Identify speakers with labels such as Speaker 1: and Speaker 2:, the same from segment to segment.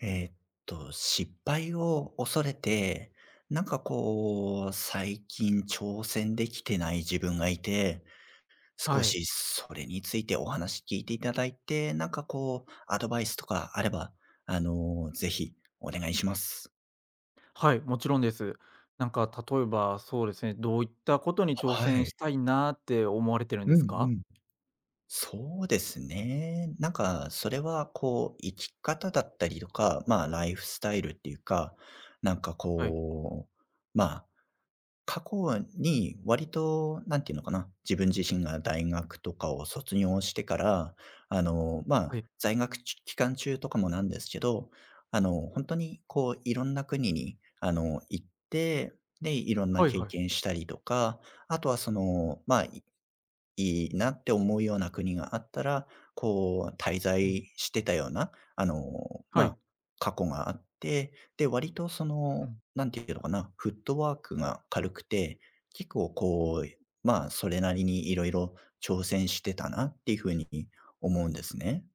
Speaker 1: えーっ失敗を恐れて、なんかこう、最近挑戦できてない自分がいて、少
Speaker 2: はい。
Speaker 1: しそれについてお話聞いていただいて、なんかこう、アドバイスとかあれば、ぜひお願いします。
Speaker 2: はい、もちろんです。なんか例えば、そうですね、どういったことに挑
Speaker 1: は
Speaker 2: 戦
Speaker 1: い。
Speaker 2: したいなって思われてるん
Speaker 1: う
Speaker 2: で
Speaker 1: ん
Speaker 2: す
Speaker 1: う
Speaker 2: か？
Speaker 1: ん。そうですね。なんか、それはこう、生き方だったりとか、まあ、ライフスタイルっていうか、なんか
Speaker 2: はい、
Speaker 1: こう、まあ、過去に割と、なんていうのかな、自分自身が大学とかを卒業してから、ま
Speaker 2: は
Speaker 1: あ、
Speaker 2: い、
Speaker 1: 在学ち期間中とかもなんですけど、本当にこういろんな国に、行って、で、いろんな
Speaker 2: はい
Speaker 1: 経
Speaker 2: はい。
Speaker 1: 験したりとか、あとはその、まあいいなって思うような国があったら、こう、滞
Speaker 2: うん、
Speaker 1: 在してたような、ま
Speaker 2: は
Speaker 1: あ、
Speaker 2: い、
Speaker 1: 過去があって、で、割とそ
Speaker 2: う
Speaker 1: の、
Speaker 2: ん、
Speaker 1: なんていうのかな、フットワークが軽くて、結構こう、まあ、それなりにいろいろ挑戦してたなっていう風に思うんですね。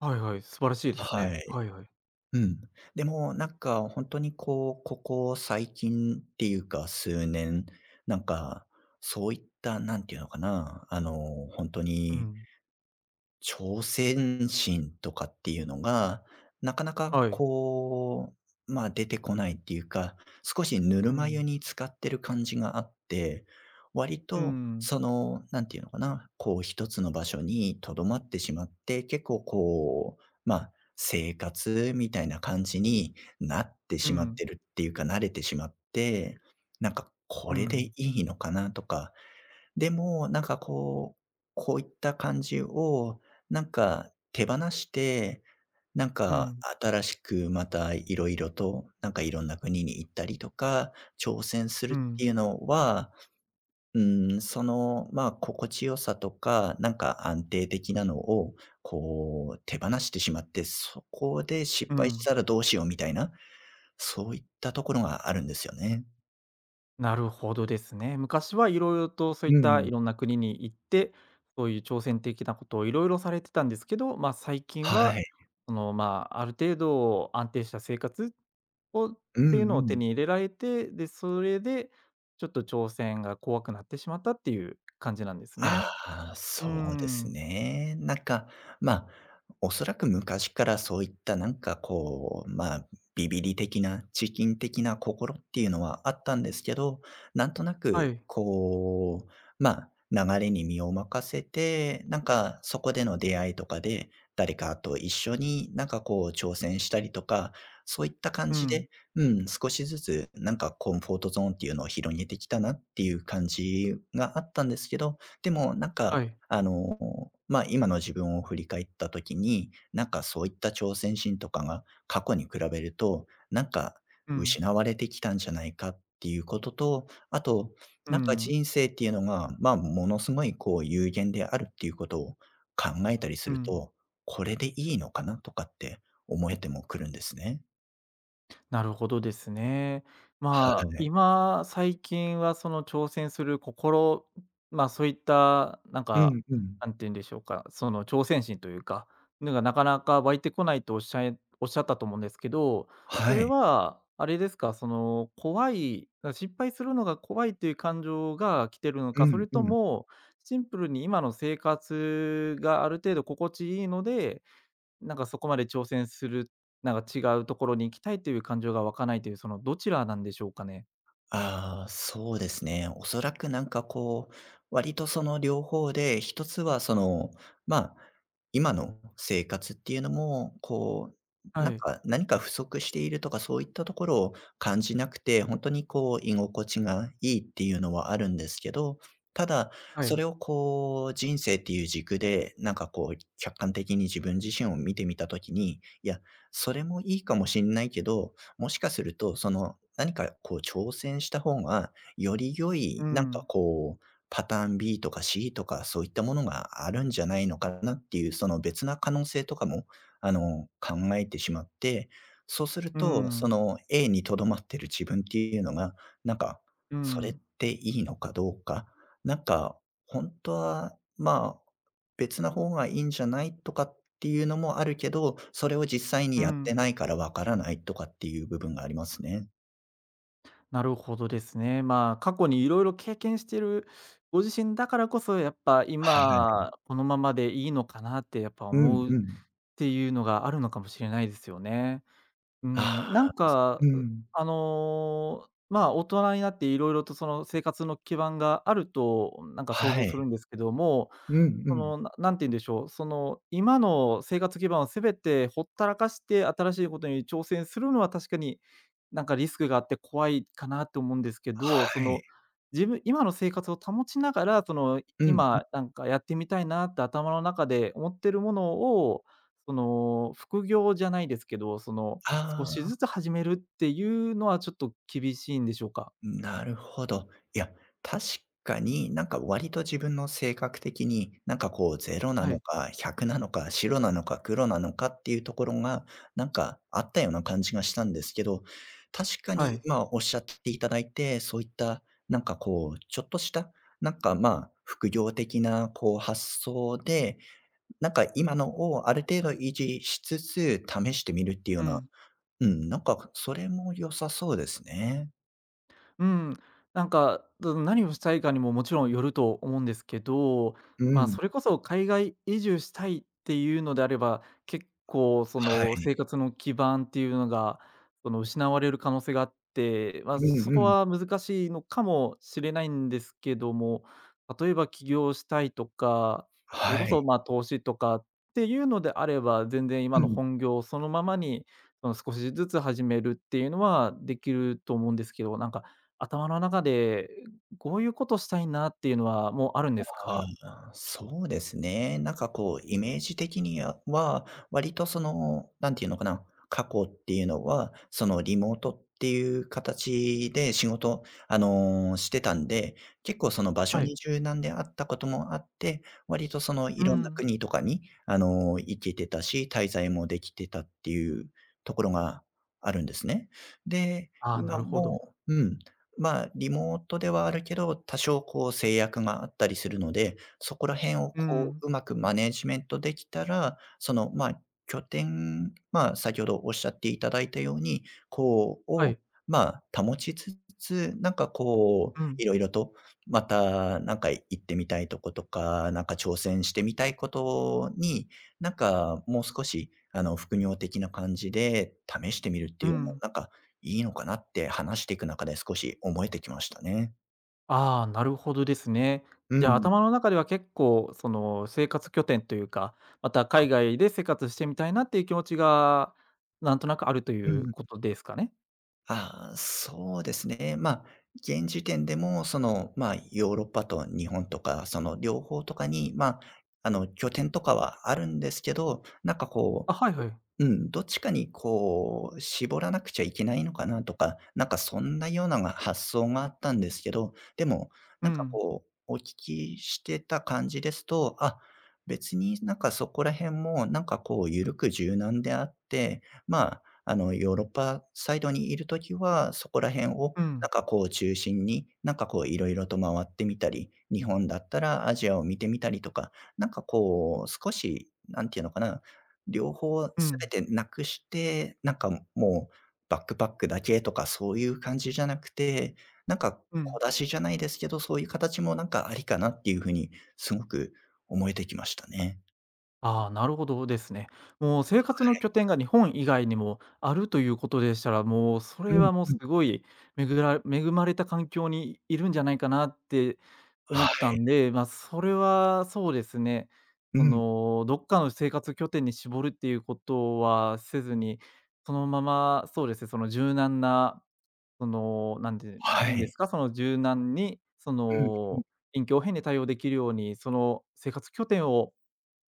Speaker 2: はいはい、素晴らしいです
Speaker 1: は
Speaker 2: ね。
Speaker 1: い。
Speaker 2: はいはい。
Speaker 1: うん。でも、なんか本当にこう、ここ最近っていうか数年、なんか、そういったなんていうのかな、本当
Speaker 2: う
Speaker 1: に
Speaker 2: ん、
Speaker 1: 挑戦心とかっていうのが、なかなか
Speaker 2: はい、
Speaker 1: こう、まあ、出てこないっていうか、少しぬる
Speaker 2: う
Speaker 1: ま湯
Speaker 2: ん、
Speaker 1: に浸かってる感じがあって、割
Speaker 2: う
Speaker 1: と
Speaker 2: ん、
Speaker 1: その、なんていうのかな、こう一つの場所にとどまってしまって、結構こう、まあ、生活みたいな感じになって
Speaker 2: う
Speaker 1: しまっ
Speaker 2: ん、
Speaker 1: てるっていうか、慣れてしまって、なんかこ
Speaker 2: う
Speaker 1: れでい
Speaker 2: ん、
Speaker 1: いのかなとかでも、なんかこう、こういった感じを、なんか手放して、なん
Speaker 2: う
Speaker 1: か
Speaker 2: ん、
Speaker 1: 新しくまたいろいろと、なんかいろんな国に行ったりとか、挑戦する
Speaker 2: う
Speaker 1: って
Speaker 2: ん、
Speaker 1: いうのは、うん、その、まあ、心地よさとか、なんか安定的なのを、こう手放してしまって、そこで失
Speaker 2: う
Speaker 1: 敗し
Speaker 2: ん。
Speaker 1: たらどうしようみたいな、そういったところがあるんですよね。
Speaker 2: なるほどですね。昔はいろいろとそういっ
Speaker 1: う
Speaker 2: た
Speaker 1: ん。
Speaker 2: いろんな国に行って、そういう挑戦的なことをいろいろされてたんですけど、ま、最近
Speaker 1: は
Speaker 2: は、
Speaker 1: い。
Speaker 2: その、まあ、ある程度安定した生活をっ
Speaker 1: う
Speaker 2: ていう
Speaker 1: ん
Speaker 2: の
Speaker 1: う
Speaker 2: を手
Speaker 1: ん。
Speaker 2: に入れられて、で、それでちょっと挑戦が怖くなってしまったっていう感じなんです
Speaker 1: あ
Speaker 2: ね。
Speaker 1: あ、
Speaker 2: うー
Speaker 1: そうです
Speaker 2: ん。
Speaker 1: ね。なんか、まあ、おそらく昔からそういったなんかこう、まあ、ビビリ的な、チキン的な心っていうのはあったんですけど、なんとな
Speaker 2: は
Speaker 1: く
Speaker 2: い。
Speaker 1: こう、まあ、流れに身を任せて、なんかそこでの出会いとかで、誰かと一緒になんかこう挑戦したりとか、そういった感
Speaker 2: う
Speaker 1: じ
Speaker 2: ん。
Speaker 1: で、うん、少しずつなんかコンフォートゾーンっていうのを広げてきたなっていう感じがあったんですけど、でも、なん
Speaker 2: は
Speaker 1: か、
Speaker 2: い。
Speaker 1: まあ、今の自分を振り返った時に、なんかそういった挑戦心とかが過去に比べると、なんか
Speaker 2: うん。
Speaker 1: 失われてきたんじゃないかっていうことと、あと、
Speaker 2: う
Speaker 1: なんか
Speaker 2: ん。
Speaker 1: 人生っていうのが、まあ、ものすごいこう有限であるっていうことを考えたりす
Speaker 2: う
Speaker 1: る
Speaker 2: ん。
Speaker 1: と、これでいいのかなとかって思えてもくるんですね。
Speaker 2: なるほどですね。
Speaker 1: は
Speaker 2: まあ、
Speaker 1: い。
Speaker 2: 今、最近はその挑戦する心、まあ、そういった、なん
Speaker 1: う
Speaker 2: か、
Speaker 1: んうん。
Speaker 2: なんて言うんでしょうか、その挑戦心というか、のがなかなか湧いてこないとおっしゃったと思うんですけど、そ
Speaker 1: は
Speaker 2: れ
Speaker 1: い。
Speaker 2: は、あれですか、その怖い、失敗するのが怖いという感情が来てるの
Speaker 1: う
Speaker 2: か、そ
Speaker 1: ん
Speaker 2: れ
Speaker 1: う
Speaker 2: と
Speaker 1: ん。
Speaker 2: もシンプルに今の生活がある程度心地いいので、なんかそこまで挑戦する、なんか違うところに行きたいという感情が湧かないという、そのどちらなんでしょうかね？
Speaker 1: ああ、そうですね。おそらくなんかこう、割とその両方で、一つはその、まあ、今の生活っていうのも、こう、
Speaker 2: は
Speaker 1: なん
Speaker 2: い、
Speaker 1: か、何か不足しているとかそういったところを感じなくて、本当にこう居心地がいいっていうのはあるんですけど、ただ、
Speaker 2: は
Speaker 1: そ
Speaker 2: い。
Speaker 1: れをこう人生っていう軸で、なんかこう客観的に自分自身を見てみたときに、いや、それもいいかもしれないけど、もしかすると、その、何かこう挑戦した方が、より良
Speaker 2: う
Speaker 1: い、なんか
Speaker 2: ん、
Speaker 1: こう、パターン B とか C とか、そういったものがあるんじゃないのかなっていう、その別な可能性とかも、考えてしまって、そうする
Speaker 2: う
Speaker 1: と、そ
Speaker 2: ん、
Speaker 1: の A にとどまってる自分っていうのが、なんか、
Speaker 2: う
Speaker 1: それっ
Speaker 2: ん、
Speaker 1: ていいのかどうか、なんか、本当は、まあ、別な方がいいんじゃないとかっっていうのもあるけど、それを実際に
Speaker 2: う
Speaker 1: やって
Speaker 2: ん。
Speaker 1: ないからわからないとかっていう部分がありますね。
Speaker 2: なるほどですね。まあ、過去にいろいろ経験してるご自身だからこそ、やっぱ
Speaker 1: はい。
Speaker 2: 今このままでいいのかなってやっぱ
Speaker 1: うん
Speaker 2: 思うっ
Speaker 1: うん。
Speaker 2: ていうのがあるのかもしれないですよね。う
Speaker 1: あ
Speaker 2: ん、な
Speaker 1: あ。
Speaker 2: んか、
Speaker 1: う
Speaker 2: う、
Speaker 1: ん。
Speaker 2: あの、まあ、大人になっていろいろとその生活の基盤があると、なんか想
Speaker 1: は
Speaker 2: 像する
Speaker 1: い。
Speaker 2: んですけども、
Speaker 1: うんう
Speaker 2: そ
Speaker 1: ん。
Speaker 2: の、なんて言うんでしょう、その、今の生活基盤を全てほったらかして新しいことに挑戦するのは確かに、なんかリスクがあって怖いかなと思うんですけど、そ
Speaker 1: はい。
Speaker 2: の、自分今の生活を保ちながら、その、
Speaker 1: うん。
Speaker 2: 今なんかやってみたいなって頭の中で思ってるものをその、副業じゃないですけど、その、少
Speaker 1: あ
Speaker 2: し
Speaker 1: あ。
Speaker 2: ずつ始めるっていうのはちょっと厳しいんでしょうか？
Speaker 1: なるほど。いや、確かになんか割と自分の性格的に、なんかこうゼロな
Speaker 2: は
Speaker 1: の
Speaker 2: い。
Speaker 1: か100なのか白なのか黒なのかっていうところが、なんかあったような感じがしたんですけど、確か
Speaker 2: は
Speaker 1: に
Speaker 2: い。
Speaker 1: 今おっしゃっていただいて、そういったなんかこう、ちょっとした、なんかまあ、副業的なこう発想で、なんか今のをある程度維持しつつ試してみるっていうよう
Speaker 2: う
Speaker 1: な、
Speaker 2: ん。
Speaker 1: うん、なんかそれも良さそうですね。
Speaker 2: うん、なんか、うん、何をしたいかにももちろんよると思うんですけど、
Speaker 1: う
Speaker 2: まあ、
Speaker 1: ん、
Speaker 2: それこそ海外移住したいっていうのであれば、結構そ
Speaker 1: は
Speaker 2: の
Speaker 1: い。
Speaker 2: 生活の基盤っていうのが、その失われる可能性があって、まあ、
Speaker 1: う
Speaker 2: そ
Speaker 1: んう
Speaker 2: こ
Speaker 1: ん。
Speaker 2: は難しいのかもしれないんですけども、例えば起業したいとか、それ
Speaker 1: は
Speaker 2: こそ、
Speaker 1: い。
Speaker 2: ま、投資とかっていうのであれば、全然
Speaker 1: う
Speaker 2: 今の
Speaker 1: ん。
Speaker 2: 本業をそのままに、その少しずつ始めるっていうのはできると思うんですけど、なんか頭の中で、こういうことしたいなっていうのはもうあるんですか？
Speaker 1: ああ、そうですね。なんかこうイメージ的には割とその、なんていうのかな、過去っていうのは、そのリモートっていう形で仕事、してたんで、結構その場所
Speaker 2: はい。
Speaker 1: に柔軟であったこともあって、割とそのい
Speaker 2: う
Speaker 1: ろんな
Speaker 2: ん。
Speaker 1: 国とかに、行けてたし、滞在もできてたっていうところがあるんですね。で、
Speaker 2: ああ、な
Speaker 1: 今
Speaker 2: るほど。
Speaker 1: もうん。まあ、リモートではあるけど、多少こう制約があったりするので、そこら辺を
Speaker 2: う
Speaker 1: こ
Speaker 2: ん。
Speaker 1: う、うまくマネジメントできたら、その、まあ、拠点、まあ、先ほどおっしゃっていただいたように、こう、
Speaker 2: は
Speaker 1: を、
Speaker 2: い。
Speaker 1: まあ、保ちつつ、なんかこう、
Speaker 2: うん、
Speaker 1: いろいろと、また、なんか行ってみたいとことか、なんか挑戦してみたいことに、なんかもう少し、副業的な感じで試してみるって
Speaker 2: う
Speaker 1: いうのは、
Speaker 2: ん。
Speaker 1: なんかいいのかなって話していく中で少し思えてきましたね。
Speaker 2: ああ、なるほどですね。
Speaker 1: う
Speaker 2: じゃあ、
Speaker 1: ん。
Speaker 2: 頭の中では結構、その、生活拠点というか、また海外で生活してみたいなっていう気持ちが、なんとなくあると
Speaker 1: う
Speaker 2: いう
Speaker 1: ん。
Speaker 2: ことですかね？
Speaker 1: ああ、そうですね。まあ、現時点でも、その、まあ、ヨーロッパと日本とか、その両方とかに、まあ、拠点とかはあるんですけど、なんかこう
Speaker 2: あ、はいはい。
Speaker 1: うん、どっちかにこう、絞らなくちゃいけないのかなとか、なんかそんなようなが発想があったんですけど、でも、
Speaker 2: う
Speaker 1: なんか
Speaker 2: ん。
Speaker 1: こう、お聞きしてた感じですと、あ、別になんかそこら辺もなんかこう緩く柔軟であって、まあ、あのヨーロッパサイドにいるときは、そこら辺を
Speaker 2: う
Speaker 1: なん
Speaker 2: ん。
Speaker 1: かこう中心に、なんかこういろいろと回ってみたり、日本だったらアジアを見てみたりとか、なんかこう少し、なんていうのかな、両方
Speaker 2: うん。
Speaker 1: 全てなくして、なんかもうバックパックだけとかそういう感じじゃなくて、なんか
Speaker 2: う
Speaker 1: 小
Speaker 2: ん。
Speaker 1: 出しじゃないですけど、そういう形もなんかありかなっていう風にすごく思えてきましたね。
Speaker 2: ああ、なるほどですね。もう生活の拠点が日本以外にもあるということでしたら、もうそれ
Speaker 1: うん
Speaker 2: はもう
Speaker 1: う
Speaker 2: す
Speaker 1: ん。
Speaker 2: ごい恵まれた環境にいるんじゃないかなって
Speaker 1: は
Speaker 2: 思った
Speaker 1: い。
Speaker 2: んで、まあ、それはそうですね。
Speaker 1: う
Speaker 2: そ
Speaker 1: ん、
Speaker 2: の、どっかの生活拠点に絞るっていうことはせずに、そのまま、そうですね、その柔軟な、その、なんて
Speaker 1: は
Speaker 2: 言うんです
Speaker 1: い。
Speaker 2: か、その柔軟に、そ
Speaker 1: うんう
Speaker 2: の、
Speaker 1: ん
Speaker 2: 臨機応変に対応できるように、その生活拠点を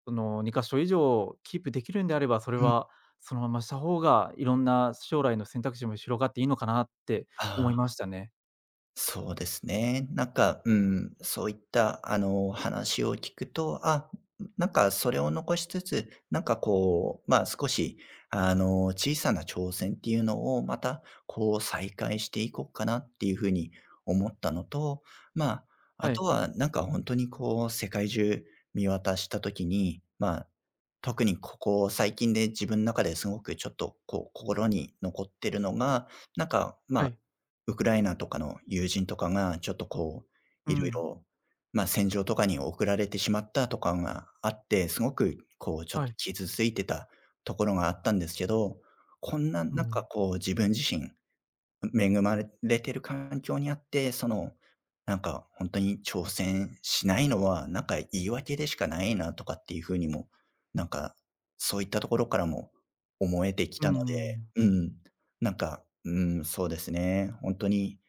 Speaker 2: その2か所以上キープできるんであれば、それ
Speaker 1: うん。
Speaker 2: はそのまました方が、いろんな将来の選択肢も広がっていいのかなって
Speaker 1: あ
Speaker 2: 思いま
Speaker 1: あ。
Speaker 2: したね。
Speaker 1: そうですね。なんか、うん、そういった、話を聞くと、あ、なんかそれを残しつつ、なんかこう、まあ、少し、小さな挑戦っていうのをまた、こう再開していこうかなっていうふうに思ったのと、まあ、あ
Speaker 2: は
Speaker 1: と
Speaker 2: い、
Speaker 1: はなんか本当にこう世界中見渡したときに、まあ、特にここ最近で自分の中ですごくちょっとこう心に残ってるのが、なんか、ま
Speaker 2: は
Speaker 1: あ
Speaker 2: い。
Speaker 1: ウクライナとかの友人とかが、ちょっとこう、
Speaker 2: う
Speaker 1: いろい
Speaker 2: ん。
Speaker 1: ろ、まあ、戦場とかに送られてしまったとかがあって、すごくこう、ちょっ
Speaker 2: は
Speaker 1: と
Speaker 2: い。
Speaker 1: 傷ついてたところがあったんですけど、こんな
Speaker 2: う
Speaker 1: なんか
Speaker 2: ん。
Speaker 1: こう、自分自身、恵まれてる環境にあって、その、なんかほんとに挑戦しないのは、なんか言い訳でしかないなとかっていう風にも、なんか、そういったところからも思えてき
Speaker 2: うん
Speaker 1: た
Speaker 2: う
Speaker 1: の
Speaker 2: んう
Speaker 1: で、
Speaker 2: ん。
Speaker 1: うん、なんか、うん、そうですね、ほんとに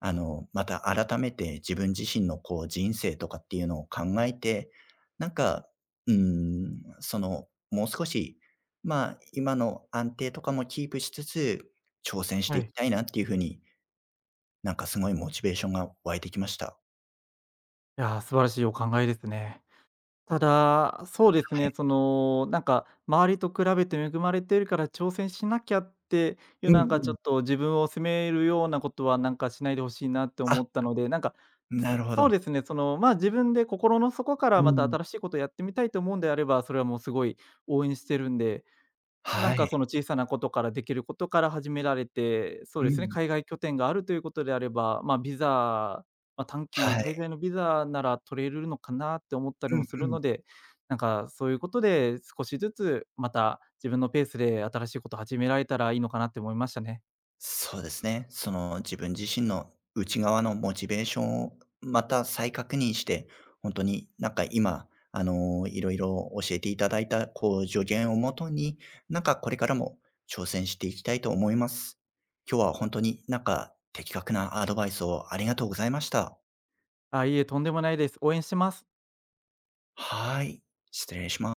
Speaker 1: また改めて自分自身のこう人生とかっていうのを考えて、なんか、その、もう少し、まあ、今の安定とかもキープしつつ、挑戦して
Speaker 2: は
Speaker 1: い
Speaker 2: い。
Speaker 1: きたいなっていうふうに、なんかすごいモチベーションが湧いてきました。
Speaker 2: いや、素晴らしいお考えですね。ただ、そうです
Speaker 1: は
Speaker 2: ね、
Speaker 1: い。
Speaker 2: その、なんか、周りと比べて恵まれてるから挑戦しなきゃっていう、
Speaker 1: うん
Speaker 2: なんか
Speaker 1: う
Speaker 2: ち
Speaker 1: ん。
Speaker 2: ょっと自分を責めるようなことは、なんかしないでほしいなって
Speaker 1: あ、
Speaker 2: 思ったので、なんか、ず
Speaker 1: なるほ
Speaker 2: そ
Speaker 1: ど。
Speaker 2: うですね、その、ま、自分で心の底か
Speaker 1: う
Speaker 2: らまた
Speaker 1: ん。
Speaker 2: 新しいことをやってみたいと思うんであれば、それはもうすごい応援してるんでなん
Speaker 1: は
Speaker 2: か
Speaker 1: い。
Speaker 2: その小さなことからできることから始められて、そう
Speaker 1: う
Speaker 2: ですね、
Speaker 1: ん。
Speaker 2: 海外拠点があるということであれば、まあ、ビザ、まあ、短期
Speaker 1: は
Speaker 2: 滞
Speaker 1: い。
Speaker 2: 在のビザなら取れるのかなって思った
Speaker 1: う
Speaker 2: りも
Speaker 1: ん
Speaker 2: する
Speaker 1: う
Speaker 2: の
Speaker 1: ん。
Speaker 2: で、なんかそういうことで少しずつまた自分のペースで新しいこと始められたらいいのかなって思いましたね。
Speaker 1: そうですね。その自分自身の内側のモチベーションをまた再確認して、本当になんか今、いろいろ教えていただいた、こう、助言をもとに、なんかこれからも挑戦していきたいと思います。今日は本当になんか的確なアドバイスをありがとうございました。
Speaker 2: あ、いいえ、とんでもないです。応援してます。
Speaker 1: はい、失礼します。